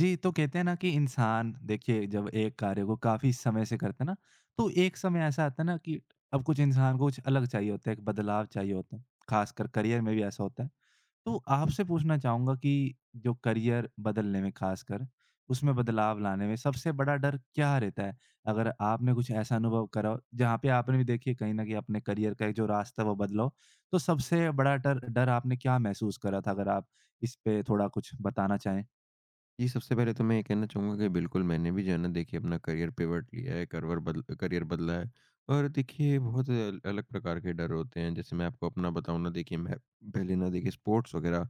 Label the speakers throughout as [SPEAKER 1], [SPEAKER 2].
[SPEAKER 1] जी, तो कहते हैं ना कि इंसान देखिए जब एक कार्य को काफ़ी समय से करते हैं ना, तो एक समय ऐसा आता है ना कि अब कुछ इंसान को कुछ अलग चाहिए होता है, एक बदलाव चाहिए होता है, ख़ासकर करियर में भी ऐसा होता है। तो आपसे पूछना चाहूँगा कि जो करियर बदलने में ख़ासकर, उसमें बदलाव लाने में सबसे बड़ा डर क्या रहता है? अगर आपने कुछ ऐसा अनुभव करा हो, जहाँ पे आपने भी देखिए कहीं न कहीं अपने करियर का एक जो रास्ता है वो बदला हो, तो सबसे बड़ा डर डर आपने क्या महसूस करा था? अगर आप इस पे थोड़ा कुछ बताना चाहें?
[SPEAKER 2] जी, सबसे पहले तो मैं ये कहना चाहूँगा कि बिल्कुल मैंने भी जो है ना देखिए अपना करियर पिवट लिया है, करवर बद करियर बदला है। और देखिए बहुत अल अलग प्रकार के डर होते हैं। जैसे मैं आपको अपना बताऊँ ना, देखिए मैं पहले ना देखिए स्पोर्ट्स वग़ैरह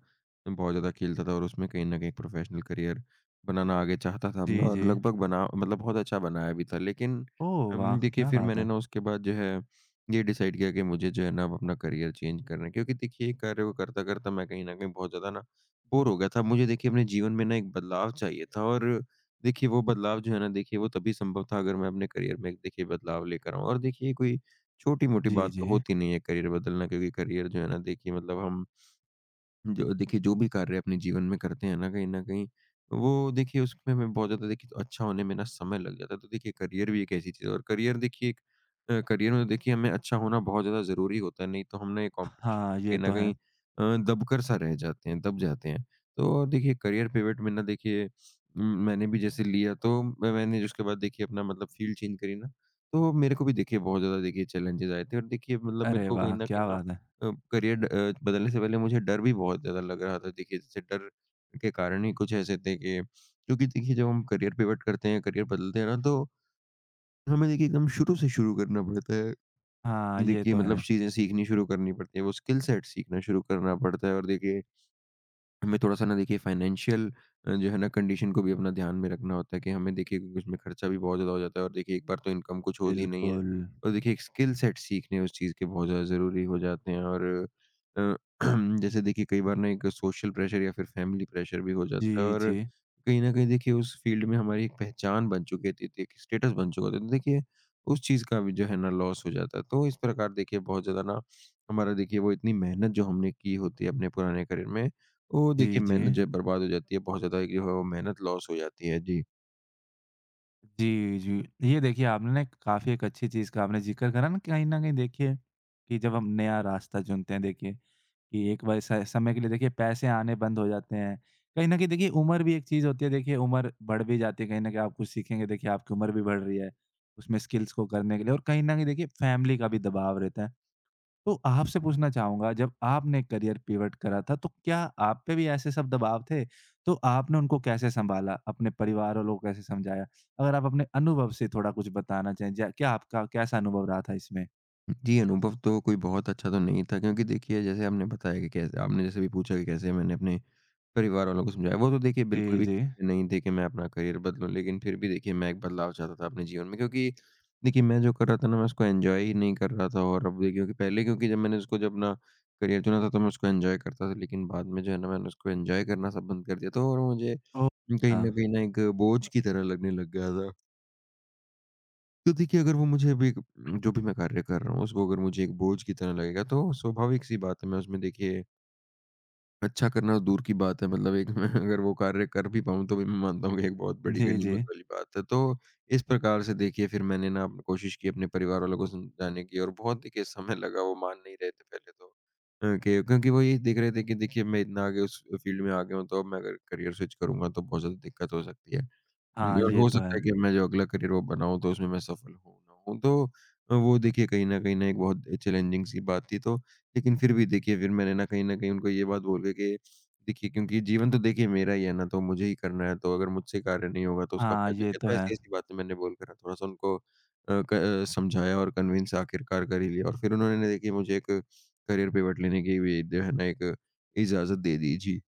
[SPEAKER 2] मैं बहुत ज़्यादा खेलता था, और उसमें कहीं न कहीं प्रोफ़ेशनल करियर बनाना आगे चाहता था अपना,
[SPEAKER 1] जी,
[SPEAKER 2] और
[SPEAKER 1] जी।
[SPEAKER 2] लगभग बना, मतलब बहुत अच्छा बनाया भी था। लेकिन
[SPEAKER 1] ओह वाह!
[SPEAKER 2] देखिए
[SPEAKER 1] क्या
[SPEAKER 2] फिर
[SPEAKER 1] बात
[SPEAKER 2] मैंने
[SPEAKER 1] है।
[SPEAKER 2] ना उसके बाद जो है ये डिसाइड किया कि मुझे जो है ना अब अपना करियर चेंज करना है, क्योंकि देखिए कार्य को करता-करता मैं कहीं न कहीं बहुत ज़्यादा ना बोर हो गया था। मुझे देखिए अपने जीवन में ना एक बदलाव चाहिए था, और देखिए वो बदलाव जो है ना देखिए वो तभी संभव था अगर मैं अपने करियर में एक देखिए बदलाव लेकर आऊँ। और देखिए कोई छोटी-मोटी
[SPEAKER 1] जी,
[SPEAKER 2] बात तो
[SPEAKER 1] जी।
[SPEAKER 2] होती नहीं है करियर बदलना, क्योंकि करियर जो है ना देखिए, मतलब हम जो देखिए जो भी कार्य अपने जीवन में करते हैं ना कहीं न कहीं, वो देखिए उसमें हमें बहुत ज़्यादा देखिए तो अच्छा होने में ना समय लग जाता है। तो देखिए करियर भी एक ऐसी चीज़ है, और करियर देखिए एक करियर में तो देखिए हमें अच्छा होना बहुत ज़्यादा ज़रूरी होता है, नहीं तो हम ना ये कॉम्पिटिशन
[SPEAKER 1] हाँ,
[SPEAKER 2] से
[SPEAKER 1] ये
[SPEAKER 2] कहीं
[SPEAKER 1] तो
[SPEAKER 2] न
[SPEAKER 1] है।
[SPEAKER 2] कहीं दबकर सा रह जाते हैं, दब जाते हैं। तो और देखिए करियर पिवट में ना देखिए मैंने भी जैसे लिया, तो म मैंने जो उसके बाद देखिए अपना मतलब फ़ील्ड चेंज करी ना, तो मेरे को भी देखिए बहुत ज़्यादा देखिए चैलेंजेज़ आए थे, और देखिए मतलब मेरे
[SPEAKER 1] अरे
[SPEAKER 2] को कहीं
[SPEAKER 1] वाह!
[SPEAKER 2] न कहीं
[SPEAKER 1] क्या
[SPEAKER 2] ना
[SPEAKER 1] बात है।
[SPEAKER 2] करियर बदलने से पहले मुझे डर भी बहुत ज़्यादा लग रहा था। देखिए, जैसे डर के कारण ही कुछ ऐसे थे कि, क्योंकि देखिए, जब हम करियर पिवट करते हैं, करियर बदलते हैं ना, तो हमें देखिए एकदम शुरू से शुरू करना पड़ता है।
[SPEAKER 1] हाँ, ये
[SPEAKER 2] देखिए,
[SPEAKER 1] तो
[SPEAKER 2] मतलब
[SPEAKER 1] है।
[SPEAKER 2] चीज़ें सीखनी शुरू करनी पड़ती हैं, वो स्किल सेट सीखना शुरू करना पड़ता है, और देखिए हमें थोड़ा-सा ना देखिए फाइनेंशियल जो है ना कंडीशन को भी अपना ध्यान में रखना होता है, कि हमें देखिए, क्योंकि उसमें खर्चा भी बहुत ज़्यादा हो जाता है, और देखिए एक बार तो इनकम कुछ होती ही नहीं है।
[SPEAKER 1] बिल्कुल।
[SPEAKER 2] और देखिए एक स्किल सेट सीखने उस चीज़ के बहुत ज़्यादा ज़रूरी हो जाते हैं, और अ, जैसे देखिए कई बार ना एक सोशल प्रेशर या फिर फैमिली प्रेशर भी हो जाता है,
[SPEAKER 1] जी,
[SPEAKER 2] और
[SPEAKER 1] जी।
[SPEAKER 2] कहीं न कहीं देखिए उस फील्ड में हमारी एक पहचान बन चुकी होती थी, एक स्टेटस बन चुका होता है। तो देखिए उस चीज़ का भी जो है ना लॉस हो जाता है। तो इस प्रकार देखिए बहुत ज़्यादा ना हमारा देखिए वो इतनी मेहनत जो हमने की होती है अपने पुराने करियर में, वो
[SPEAKER 1] जी,
[SPEAKER 2] देखिए
[SPEAKER 1] जी।
[SPEAKER 2] मेहनत जो है बर्बाद हो जाती है, बहुत ज़्यादा एक जो है वो मेहनत लॉस हो जाती है। जी।
[SPEAKER 1] जी, जी। ये देखिए आपने ना एक काफ़ी एक अच्छी चीज़ का आपने ज़िक्र करा ना कहीं न कहीं देखिए कि जब हम नया रास्ता चुनते हैं देखिए कि एक बार स समय के लिए देखिए पैसे आने बंद हो जाते हैं। कहीं न कहीं देखिए उम्र भी एक चीज़ होती है देखिए उम्र बढ़ भी जाती है कहीं न कहीं आप कुछ सीखेंगे देखिए आपकी उम्र भी बढ़ रही है उसमें स्किल्स को करने के लिए और कहीं न कहीं देखिए फैमिली का भी दबाव रहता है। तो आपसे पूछना चाहूँगा जब आपने करियर पिवट करा था तो क्या आप पे भी ऐसे सब दबाव थे? तो आपने उनको कैसे सँभाला? अपने परिवार वालों को कैसे समझाया? अगर आप अपने अनुभव से थोड़ा कुछ बताना चाहें ज क्या आपका कैसा अनुभव रहा था इसमें?
[SPEAKER 2] जी, अनुभव तो कोई बहुत अच्छा तो नहीं था, क्योंकि देखिए जैसे आपने बताया कि कैसे आपने, जैसे भी पूछा कि कैसे मैंने अपने परिवार वालों को समझाया, वो तो देखिए बिल्कुल
[SPEAKER 1] जी,
[SPEAKER 2] भी
[SPEAKER 1] जी।
[SPEAKER 2] नहीं थे कि मैं अपना करियर बदलूँ, लेकिन फिर भी देखिए मैं एक बदलाव चाहता था अपने जीवन में, क्योंकि देखिए मैं जो कर रहा था ना, मैं उसको एन्जॉय ही नहीं कर रहा था। और अब देखिए, क्योंकि पहले, क्योंकि जब मैंने उसको, जब अपना करियर चुना था तो मैं उसको एन्जॉय करता था, लेकिन बाद में जो है ना मैंने उसको एन्जॉय करना सब बंद कर दिया था, और मुझे
[SPEAKER 1] तो
[SPEAKER 2] कहीं
[SPEAKER 1] हाँ।
[SPEAKER 2] न कहीं ना एक बोझ की तरह लगने लग गया था। तो देखिए अगर वो मुझे अभी जो भी मैं कार्य कर रहा हूँ उसको अगर मुझे एक बोझ की तरह लगेगा, तो स्वाभाविक सी बात है मैं उसमें देखिए अच्छा करना दूर की बात है, मतलब एक मैं अगर वो कार्य कर भी पाऊँ तो भी मैं मानता हूँ कि एक बहुत बड़ी
[SPEAKER 1] जी, जी।
[SPEAKER 2] गनीमत वाली बात है। तो इस प्रकार से देखिए फिर मैंने ना अपनी कोशिश की अपने परिवार वालों को समझाने की, और बहुत देखिए समय लगा, वो मान नहीं रहे थे पहले तो कि, क्योंकि वो ये देख रहे थे कि देखिए मैं इतना आगे उस फील्ड में आ गया हूँ, तो अब मैं अगर करियर स्विच करूंगा तो बहुत ज़्यादा दिक्कत हो सकती है।
[SPEAKER 1] हाँ,
[SPEAKER 2] और
[SPEAKER 1] ये
[SPEAKER 2] हो
[SPEAKER 1] तो
[SPEAKER 2] सकता
[SPEAKER 1] है।
[SPEAKER 2] है कि मैं जो अगला करियर वो बनाऊँ तो उसमें मैं सफल हूँ ना हूँ। तो वो देखिए कहीं न एक बहुत चैलेंजिंग सी बात थी, तो लेकिन फिर भी देखिए फिर मैंने ना कहीं न कहीं उनको ये बात बोल के कि देखिए, क्योंकि जीवन तो देखिए मेरा ही है ना, तो मुझे ही करना है, तो अगर मुझसे कार्य नहीं होगा तो उसका
[SPEAKER 1] हाँ,
[SPEAKER 2] फ़ायदा
[SPEAKER 1] ये
[SPEAKER 2] क्या?
[SPEAKER 1] तो
[SPEAKER 2] तो
[SPEAKER 1] है।
[SPEAKER 2] ऐसी-ऐसी बातें मैंने बोलकर थोड़ा-सा उनको क समझाया, और कन्विंस आखिरकार कर ही लिया, और फिर उन्होंने देखिए मुझे एक करियर पिवट लेने की भी जो है ना एक इजाज़त दे दी। जी।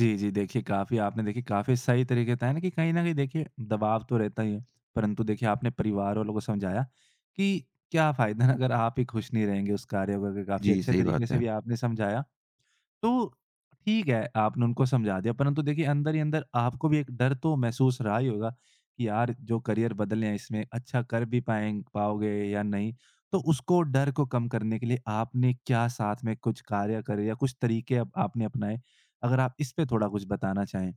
[SPEAKER 1] जी, जी। देखिए, काफ़ी आपने देखिए काफ़ी सही तरीके बताया ना कि कहीं न कहीं देखिए दबाव तो रहता ही है, परंतु देखिए आपने परिवार वालों को समझाया कि क्या फ़ायदा अगर आप ही खुश नहीं रहेंगे उस कार्य को, काफ़ी
[SPEAKER 2] जी,
[SPEAKER 1] अच्छे
[SPEAKER 2] सही
[SPEAKER 1] तरीके
[SPEAKER 2] बात
[SPEAKER 1] से
[SPEAKER 2] है।
[SPEAKER 1] भी आपने समझाया। तो ठीक है, आपने उनको समझा दिया, परंतु देखिए अंदर ही अंदर आपको भी एक डर तो महसूस रहा ही होगा कि यार जो करियर बदले हैं इसमें अच्छा कर भी पाएँ पाओगे या नहीं? तो उसको डर को कम करने के लिए आपने क्या साथ में कुछ कार्य करे या कुछ तरीके अब आपने अपनाए? अगर आप इस पे थोड़ा कुछ बताना चाहें?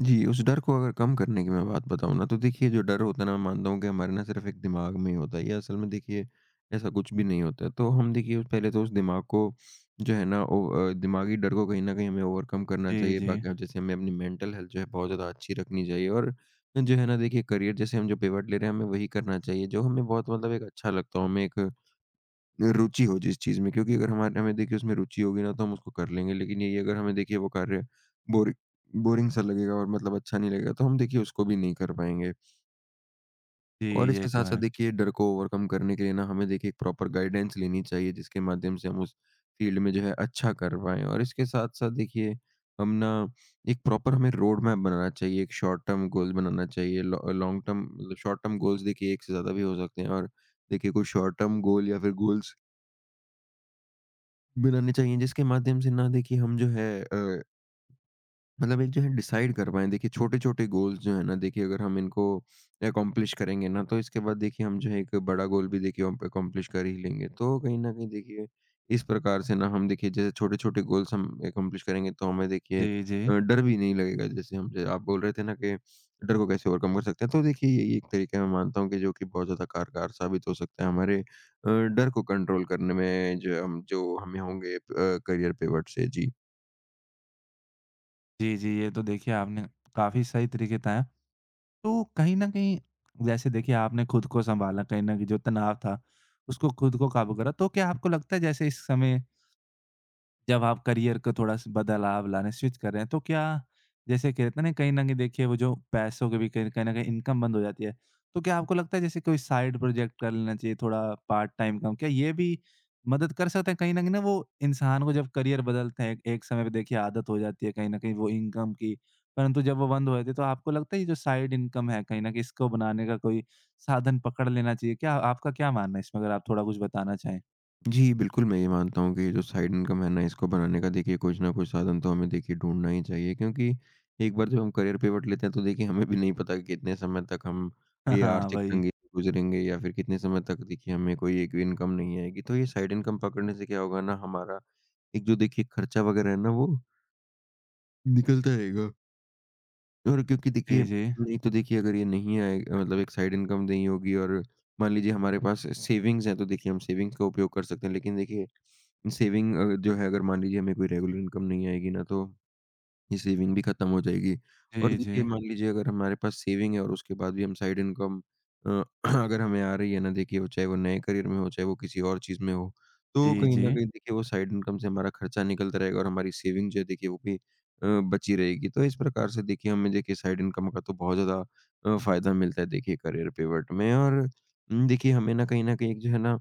[SPEAKER 2] जी, उस डर को अगर कम करने की मैं बात बताऊँ ना, तो देखिए जो डर होता है ना, मैं मानता हूँ कि हमारे ना सिर्फ़ एक दिमाग में ही होता है। ये असल में देखिए ऐसा कुछ भी नहीं होता है। तो हम देखिए पहले तो उस दिमाग को जो है ना दिमागी डर को कहीं न कहीं हमें ओवरकम करना
[SPEAKER 1] जी,
[SPEAKER 2] चाहिए।
[SPEAKER 1] जी।
[SPEAKER 2] बाकी जैसे हमें अपनी मेंटल हेल्थ जो है बहुत ज़्यादा अच्छी रखनी चाहिए, और जो है ना देखिए करियर जैसे हम जो पिवट ले रहे हैं, हमें वही करना चाहिए जो हमें बहुत मतलब एक अच्छा लगता हो। हमें एक रुचि हो जिस चीज़ में, क्योंकि अगर हमारे हमें देखिए उसमें रुचि होगी ना तो हम उसको कर लेंगे। लेकिन यही अगर हमें देखिए वो कार्य बोरि बोरिंग सा लगेगा, और मतलब अच्छा नहीं लगेगा, तो हम देखिए उसको भी नहीं कर पाएँगे।
[SPEAKER 1] जी,
[SPEAKER 2] और
[SPEAKER 1] ये
[SPEAKER 2] इसके
[SPEAKER 1] तो
[SPEAKER 2] साथ-साथ
[SPEAKER 1] है।
[SPEAKER 2] देखिए डर को ओवरकम करने के लिए ना हमें देखिए एक प्रॉपर गाइडेंस लेनी चाहिए, जिसके माध्यम से हम उस फ़ील्ड में जो है अच्छा कर पाएँ। और इसके साथ-साथ देखिए हम ना, एक प्रॉपर हमें रोड मैप बनाना चाहिए, एक शॉर्ट टर्म गोल बनाना चाहिए, लॉ लॉन्ग टर्म मतलब शॉर्ट टर्म गोल्स देखिए एक से ज़्यादा भी हो सकते हैं, और देखिए कोई शॉर्ट टर्म गोल या फिर गोल्स बनाने चाहिए, जिसके माध्यम से ना देखिए हम जो है मतलब एक जो है डिसाइड कर पाएँ। देखिए छोटे-छोटे गोल्स जो हैं ना, देखिए अगर हम इनको अकॉम्प्लिश करेंगे ना, तो इसके बाद देखिए हम जो है एक बड़ा गोल भी देखिए हम अकॉम्प्लिश कर ही लेंगे। तो कहीं न कहीं देखिए इस प्रकार से ना हम देखिए जैसे छोटे-छोटे गोल्स हम अकॉम्प्लिश करेंगे, तो हमें देखिए
[SPEAKER 1] जी, जी।
[SPEAKER 2] डर भी नहीं लगेगा। जैसे हम ज आप बोल रहे थे ना कि डर को कैसे ओवरकम कर सकते हैं। तो देखिए यही एक तरीका मैं मानता हूँ, कि जो कि बहुत ज़्यादा कारगर साबित हो सकता है हमारे डर को कंट्रोल करने में जो हमें होंगे करियर पिवट से। जी।
[SPEAKER 1] जी, जी, ये तो देखिए आपने काफ़ी सही तरीके बताया। तो कहीं न कहीं जैसे देखिए आपने खुद को सँभाला, कहीं न कहीं जो तनाव था उसको खुद को काबू करा। तो क्या आपको लगता है जैसे इस समय जब आप करियर को थोड़ा स बदलाव लाने स्विच कर रहे हैं, तो क्या जैसे कहते हैं ना कहीं न कहीं देखिए वो जो पैसों के भी कहीं कहीं न कहीं इनकम बंद हो जाती है। तो क्या आपको लगता है जैसे कोई साइड प्रोजेक्ट कर लेना चाहिए थोड़ा पार्ट टाइम काम? क्या ये भी मदद कर सकता है कहीं न कहीं ना वो इंसान को जब करियर बदलते हैं, एक समय पे देखिए आदत हो जाती है कहीं न कहीं वो इनकम की, परंतु जब वो बंद हो जाती है तो आपको लगता है ये जो साइड इनकम है कहीं न कहीं इसको बनाने का कोई साधन पकड़ लेना चाहिए? क्या आपका क्या मानना है इसमें अगर आप थोड़ा कुछ बताना चाहें?
[SPEAKER 2] जी, बिल्कुल, मैं ये मानता हूँ कि ये जो साइड इनकम है ना, इसको बनाने का देखिए कुछ न कुछ साधन तो हमें देखिए ढूँढना ही चाहिए, क्योंकि एक बार जब हम करियर पिवट लेते हैं, तो देखिए हमें भी नहीं पता कि कितने समय तक हम
[SPEAKER 1] हाँ,
[SPEAKER 2] ये
[SPEAKER 1] हाँ,
[SPEAKER 2] आर्थिक
[SPEAKER 1] वही।
[SPEAKER 2] तंगी से गुज़रेंगे, या फिर कितने समय तक देखिए हमें कोई एक भी इनकम नहीं आएगी। तो ये साइड इनकम पकड़ने से क्या होगा ना, हमारा एक जो देखिए खर्चा वग़ैरह है ना वो निकलता रहेगा। और क्योंकि
[SPEAKER 1] जी,
[SPEAKER 2] देखिए,
[SPEAKER 1] जी।
[SPEAKER 2] नहीं तो देखिए अगर ये नहीं आए, मतलब एक साइड इनकम नहीं होगी, और मान लीजिए हमारे पास सेविंग्स हैं तो देखिए हम सेविंग्स का उपयोग कर सकते हैं। लेकिन देखिए सेविंग जो है, अगर मान लीजिए हमें कोई रेगुलर इनकम नहीं आएगी ना, तो ये सेविंग भी खत्म हो जाएगी। और
[SPEAKER 1] जी, जी।
[SPEAKER 2] देखिए मान लीजिए अगर हमारे पास सेविंग है, और उसके बाद भी हम साइड इनकम अ, अगर हमें आ रही है ना, देखिए, वो चाहे वो नए करियर में हो, चाहे वो किसी और चीज़ में हो, तो
[SPEAKER 1] जी,
[SPEAKER 2] कहीं न
[SPEAKER 1] जी।
[SPEAKER 2] कहीं देखिए वो साइड इनकम से हमारा खर्चा निकलता रहेगा, और हमारी सेविंग जो है देखिए वो भी बची रहेगी। तो इस प्रकार से देखिए हमें देखिए साइड इनकम का तो बहुत ज़्यादा फ़ायदा मिलता है देखिए करियर पिवट में, और देखिए हमें ना कहीं न कहीं एक जो है ना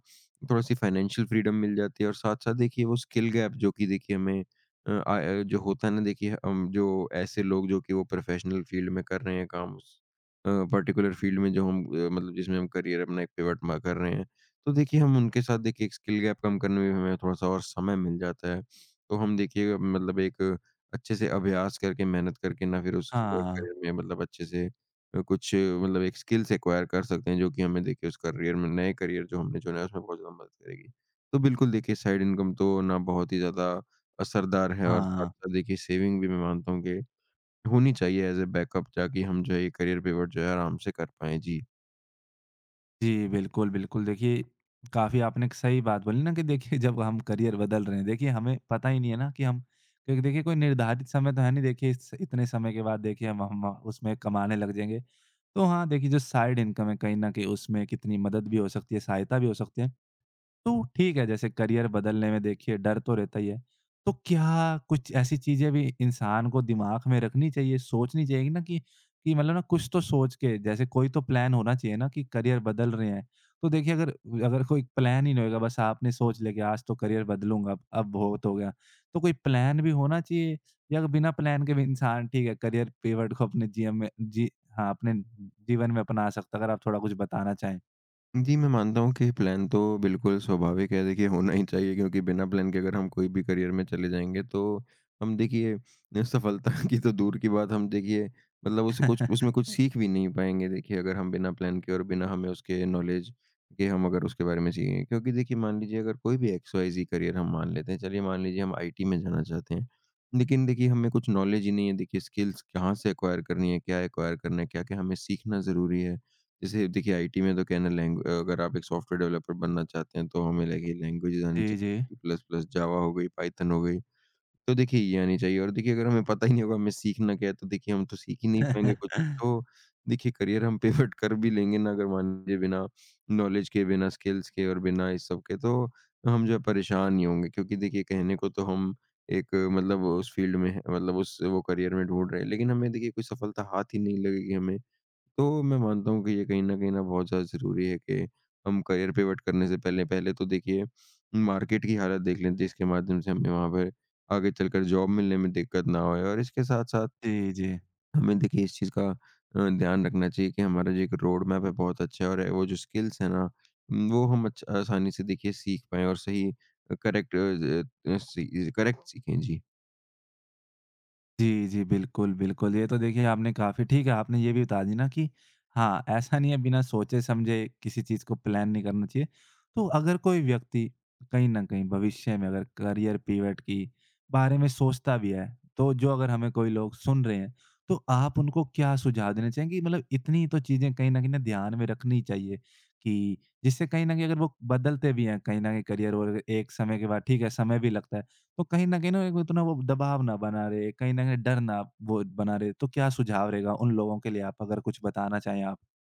[SPEAKER 2] थोड़ा-सी फाइनेंशियल फ्रीडम मिल जाती है, और साथ-साथ देखिए वो स्किल गैप जो कि देखिए हमें आय जो होता है ना देखिए हम जो ऐसे लोग जो कि वो प्रोफ़ेशनल फ़ील्ड में कर रहे हैं काम उस पर्टिकुलर फ़ील्ड में, जो हम मतलब जिसमें हम करियर अपना एक पिवट म कर रहे हैं। तो देखिए हम उनके साथ देखिए एक स्किल गैप कम करने में हमें थोड़ा-सा और समय मिल जाता है। तो हम देखिए मतलब एक अच्छे से अभ्यास करके मेहनत करके ना फिर उस
[SPEAKER 1] हाँ,
[SPEAKER 2] करियर में मतलब अच्छे से कुछ मतलब एक स्किल्स एक्वायर कर सकते हैं जो कि हमें देखिए उस करियर में नए करियर जो हमने चुना है उसमें बहुत ज़्यादा मदद करेगी। तो बिल्कुल देखिए साइड इनकम तो ना बहुत ही ज़्यादा असरदार है और
[SPEAKER 1] हाँ।
[SPEAKER 2] साथ-साथ देखिए सेविंग भी मैं मानता हूँ कि होनी चाहिए एज़ अ बैकअप, ताकि हम जो है ये करियर पिवट जो है आराम से कर पाएँ। जी।
[SPEAKER 1] जी, बिल्कुल, बिल्कुल। देखिए, काफ़ी आपने एक सही बात बोली ना कि देखिए जब हम करियर बदल रहे हैं, देखिए हमें पता ही नहीं है ना कि हम क्योंकि देखिए कोई निर्धारित समय तो है नहीं देखिए इस इतने समय के बाद देखिए हम उसमें कमाने लग जाएँगे। तो हाँ, देखिए जो साइड इनकम है कहीं न कहीं उसमें कितनी मदद भी हो सकती है, सहायता भी हो सकती है। तो ठीक है, जैसे करियर बदलने में देखिए डर तो रहता ही है। तो क्या कुछ ऐसी चीज़ें भी इंसान को दिमाग में रखनी चाहिए, सोचनी चाहिए ना कि मतलब ना कुछ तो सोच के जैसे कोई तो प्लान होना चाहिए ना कि करियर बदल रहे हैं। तो देखिए अगर अगर कोई प्लान ही नहीं होएगा बस आपने सोच लिया कि आज तो करियर बदलूँगा, अब बहुत हो गया। तो कोई प्लान भी होना चाहिए या बिना प्लान के भी इंसान ठीक है करियर पिवट को अपने जीवन में जी हाँ, अपने जीवन में अपना सकता है? अगर आप थोड़ा कुछ बताना चाहें?
[SPEAKER 2] जी, मैं मानता हूँ कि प्लान तो बिल्कुल स्वाभाविक है, देखिए होना ही चाहिए, क्योंकि बिना प्लान के अगर हम कोई भी करियर में चले जाएँगे तो हम देखिए न, सफलता की तो दूर की बात, हम देखिए मतलब उसे कुछ, उसमें कुछ सीख भी नहीं पाएँगे देखिए अगर हम बिना प्लान के और बिना हमें उसके नॉलेज के हम अगर उसके बारे में सीखेंगे। क्योंकि देखिए मान लीजिए अगर कोई भी XYZ करियर हम मान लेते हैं, चलिए मान लीजिए हम आईटी में जाना चाहते हैं। लेकिन देखिए हमें कुछ नॉलेज ही नहीं है, देखिए स्किल्स कहाँ से एक्वायर करनी है, क्या एक्वायर करना है, क्या-क्या हमें सीखना ज़रूरी है। जैसे देखिए आईटी में तो कहना लैंग अगर आप एक सॉफ्टवेयर डेवलपर बनना चाहते हैं तो हमें लगे लैंग्वेजेस आनी
[SPEAKER 1] जी, जी।
[SPEAKER 2] चाहिए, प्लस प्लस, जावा हो गई, पाइथन हो गई, तो देखिए ये आनी चाहिए। और देखिए अगर हमें पता ही नहीं होगा हमें सीखना क्या है तो देखिए हम तो सीख ही नहीं पाएंगे कुछ भी, तो देखिए करियर हम पिवट कर भी लेंगे ना अगर मान लीजिए बिना नॉलेज के, बिना स्किल्स के और बिना इस सब के, तो हम जो है परेशान ही होंगे, क्योंकि देखिए कहने को तो हम एक मतलब उस फील्ड में है, मतलब उस वो करियर में ढूंढ रहे हैं, लेकिन हमें देखिए कोई सफलता हाथ ही नहीं लगेगी हमें। तो मैं मानता हूँ कि ये कहीं न कहीं ना बहुत ज़्यादा ज़रूरी है कि हम करियर पिवट करने से पहले पहले तो देखिए मार्केट की हालत देख लें, जिसके माध्यम से हमें वहाँ पर आगे चलकर जॉब मिलने में दिक्कत ना होए। और इसके साथ-साथ
[SPEAKER 1] जी, जी।
[SPEAKER 2] हमें देखिए इस चीज़ का ध्यान रखना चाहिए कि हमारा जो एक रोड मैप है बहुत अच्छा है, और वो जो स्किल्स हैं ना, वो हम अच्छ आसानी से देखिए सीख पाएँ और सही करेक्ट सी करेक्ट सीखें। जी।
[SPEAKER 1] जी, जी, बिल्कुल, बिल्कुल। ये तो देखिए आपने काफ़ी ठीक है, आपने ये भी बता दी ना कि हाँ, ऐसा नहीं है बिना सोचे-समझे किसी चीज़ को प्लान नहीं करना चाहिए। तो अगर कोई व्यक्ति कहीं न कहीं भविष्य में अगर करियर पिवट की बारे में सोचता भी है, तो जो अगर हमें कोई लोग सुन रहे हैं, तो आप उनको क्या सुझाव देना चाहेंगे? कि मतलब इतनी तो चीज़ें कहीं न कहीं ना ध्यान में रखनी चाहिए कि जिससे कहीं न कहीं अगर वो बदलते भी हैं कहीं न कहीं करियर और एक समय के बाद ठीक है, समय भी लगता है। तो कहीं न कहीं ना एक इतना वो दबाव ना बना रहे, कहीं न कहीं डर ना वो बना रहे, तो क्या सुझाव रहेगा उन लोगों के लिए आप अगर कुछ बताना चाहें आप?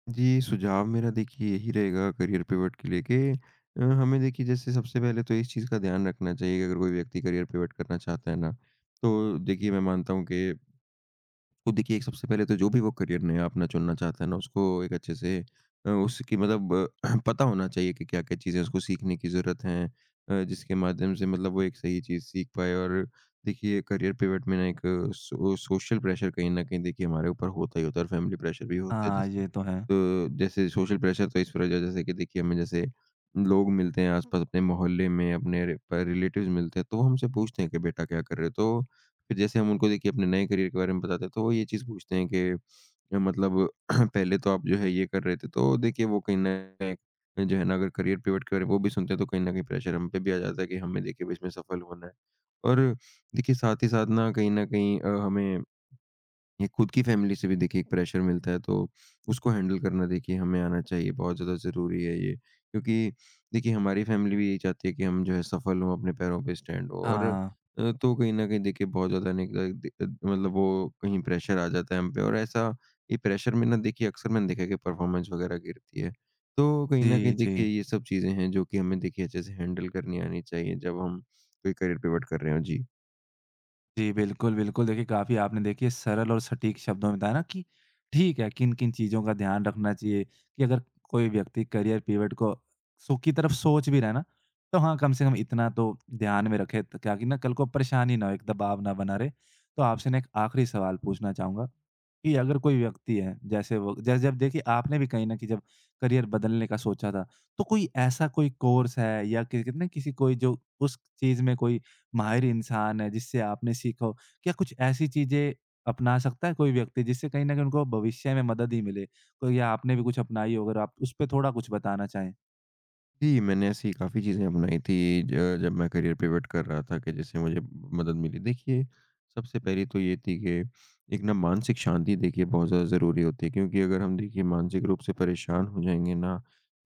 [SPEAKER 2] जी, सुझाव मेरा देखिए यही रहेगा करियर पिवट के लिए कि हमें देखिए जैसे सबसे पहले तो इस चीज़ का ध्यान रखना चाहिए कि अगर कोई व्यक्ति करियर पिवट करना चाहता है ना, तो देखिए मैं मानता हूँ कि तो देखिए, एक सबसे पहले तो जो भी वो करियर नया अपना चुनना चाहता है ना, उसको एक अच्छे से उसकी मतलब पता होना चाहिए कि क्या-क्या चीज़ें उसको सीखने की ज़रूरत है, जिसके माध्यम से मतलब वो एक सही चीज़ सीख पाए। और देखिए करियर पिवट में ना एक सोशल प्रेशर कहीं न कहीं देखिए हमारे ऊपर होता ही होता है, और फैमिली प्रेशर भी होता है
[SPEAKER 1] हाँ,
[SPEAKER 2] जैसे।
[SPEAKER 1] ये तो है।
[SPEAKER 2] तो जैसे सोशल प्रेशर तो इस वजह जैसे कि देखिए हमें जैसे लोग मिलते हैं आस-पास, अपने मोहल्ले में, अपने रि प रिलेटिव्स मिलते हैं, तो वो हमसे पूछते हैं कि बेटा क्या कर रहे हो? तो फिर जैसे हम उनको देखिए अपने नए करियर के बारे में बताते हैं, तो वो ये चीज़ पूछते हैं कि मतलब पहले तो आप जो है ये कर रहे थे, तो देखिए वो कहीं न कहीं जो है ना अगर करियर पिवट के बारे में वो भी सुनते हैं, तो कहीं न कहीं प्रेशर हम पे भी आ जाता है कि हमें देखिए अब इसमें सफल होना है। और देखिए साथ ही साथ ना कहीं न कहीं हमें ये खुद की फैमिली से भी देखिए एक प्रेशर मिलता है, तो उसको हैंडल करना देखिए हमें आना चाहिए, बहुत ज़्यादा ज़रूरी है ये। क्योंकि देखिए हमारी फैमिली भी यही चाहती है कि हम जो है सफल हों, अपने पैरों पे स्टैंड हों। और
[SPEAKER 1] हाँ।
[SPEAKER 2] तो कहीं न कहीं देखिए बहुत ज़्यादा नहीं मतलब वो कहीं प्रेशर आ जाता है हम पे, और ऐसा ये प्रेशर में ना देखिए अक्सर मैंने देखा है कि परफ़ॉर्मेंस वग़ैरह गिरती है। तो कहीं न कहीं
[SPEAKER 1] जी,
[SPEAKER 2] देखिए
[SPEAKER 1] जी।
[SPEAKER 2] ये सब चीज़ें हैं जो कि हमें देखिए अच्छे से हैंडल करनी आनी चाहिए जब हम कोई करियर पिवट कर रहे हों। जी।
[SPEAKER 1] जी, बिल्कुल, बिल्कुल। देखिए, काफ़ी आपने देखिए सरल और सटीक शब्दों में बताया ना कि ठीक है, किन-किन चीज़ों का ध्यान रखना चाहिए कि अगर कोई व्यक्ति करियर पिवट को की तरफ सोच भी रहा है ना, तो हाँ, कम से कम इतना तो ध्यान में रखे त ताकि ना कल को परेशानी ना हो, एक दबाव ना बना रहे। तो आपसे ना एक आखिरी सवाल पूछना चाहूँगा कि अगर कोई व्यक्ति है, जैसे वो जैसे जब देखिए आपने भी कहीं न कहीं जब करियर बदलने का सोचा था, तो कोई ऐसा कोई कोर्स है या कि कितने किसी कोई जो उस चीज़ में कोई माहिर इंसान है जिससे आपने सीखा हो? क्या कुछ ऐसी चीज़ें अपना सकता है कोई व्यक्ति जिससे कहीं न कहीं उनको भविष्य में मदद ही मिले? कोई या आपने भी कुछ अपनाई हो अगर आप उस पे थोड़ा कुछ बताना चाहें?
[SPEAKER 2] जी, मैंने ऐसी काफ़ी चीज़ें अपनाई थी ज जब मैं करियर पिवट कर रहा था, कि जिससे मुझे मदद मिली। देखिए, सबसे पहली तो ये थी कि एक ना मानसिक शांति देखिए बहुत ज़्यादा ज़रूरी होती है, क्योंकि अगर हम देखिए मानसिक रूप से परेशान हो जाएँगे ना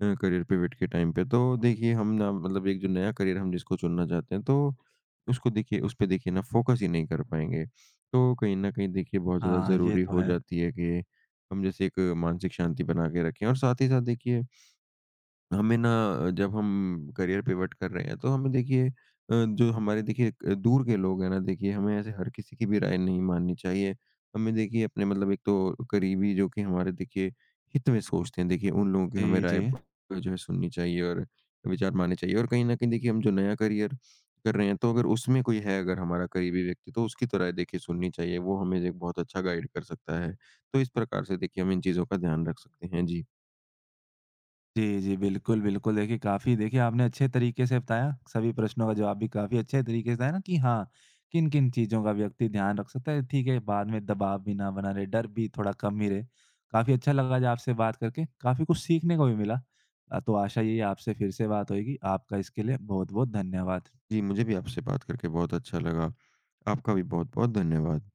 [SPEAKER 2] करियर पिवट के टाइम पे, तो देखिए हम ना मतलब एक जो नया करियर हम जिसको चुनना चाहते हैं, तो उसको देखिए, उस पे देखिए ना फ़ोकस ही नहीं कर पाएँगे। तो कहीं न कहीं देखिए बहुत ज़्यादा
[SPEAKER 1] हाँ, ये
[SPEAKER 2] ज़रूरी
[SPEAKER 1] तो
[SPEAKER 2] हो
[SPEAKER 1] है।
[SPEAKER 2] जाती है कि हम जैसे एक मानसिक शांति बना के रखें। और साथ ही साथ देखिए हमें ना, जब हम करियर पिवट कर रहे हैं तो हमें देखिए जो हमारे देखिए दूर के लोग हैं ना, देखिए हमें ऐसे हर किसी की भी राय नहीं माननी चाहिए। हमें देखिए अपने मतलब एक तो करीबी जो कि हमारे देखिए हित में सोचते हैं, देखिए उन लोगों की हमें
[SPEAKER 1] जी, जी।
[SPEAKER 2] राय जो है सुननी चाहिए और विचार मानने चाहिए। और कहीं न कहीं देखिए हम जो नया करियर कर रहे हैं, तो अगर उसमें कोई है, अगर हमारा करीबी व्यक्ति, तो उसकी तो राय देखिए सुननी चाहिए। वो हमें एक बहुत अच्छा गाइड कर सकता है। तो इस प्रकार से देखिए हम इन चीज़ों का ध्यान रख सकते हैं। जी।
[SPEAKER 1] जी, जी। बिल्कुल, बिल्कुल। देखिए, काफ़ी देखिए आपने अच्छे तरीके से बताया, सभी प्रश्नों का जवाब भी काफ़ी अच्छे तरीके से है ना कि हाँ, किन-किन चीज़ों का व्यक्ति ध्यान रख सकता है। ठीक है, बाद में दबाव भी ना बना रहे, डर भी थोड़ा कम ही रहे। काफ़ी अच्छा लगा आज आपसे बात करके, काफ़ी कुछ सीखने को भी मिला। तो आशा यही है आपसे फिर से बात होएगी। आपका इसके लिए बहुत-बहुत धन्यवाद।
[SPEAKER 2] जी, मुझे भी आपसे बात करके बहुत अच्छा लगा। आपका भी बहुत-बहुत धन्यवाद।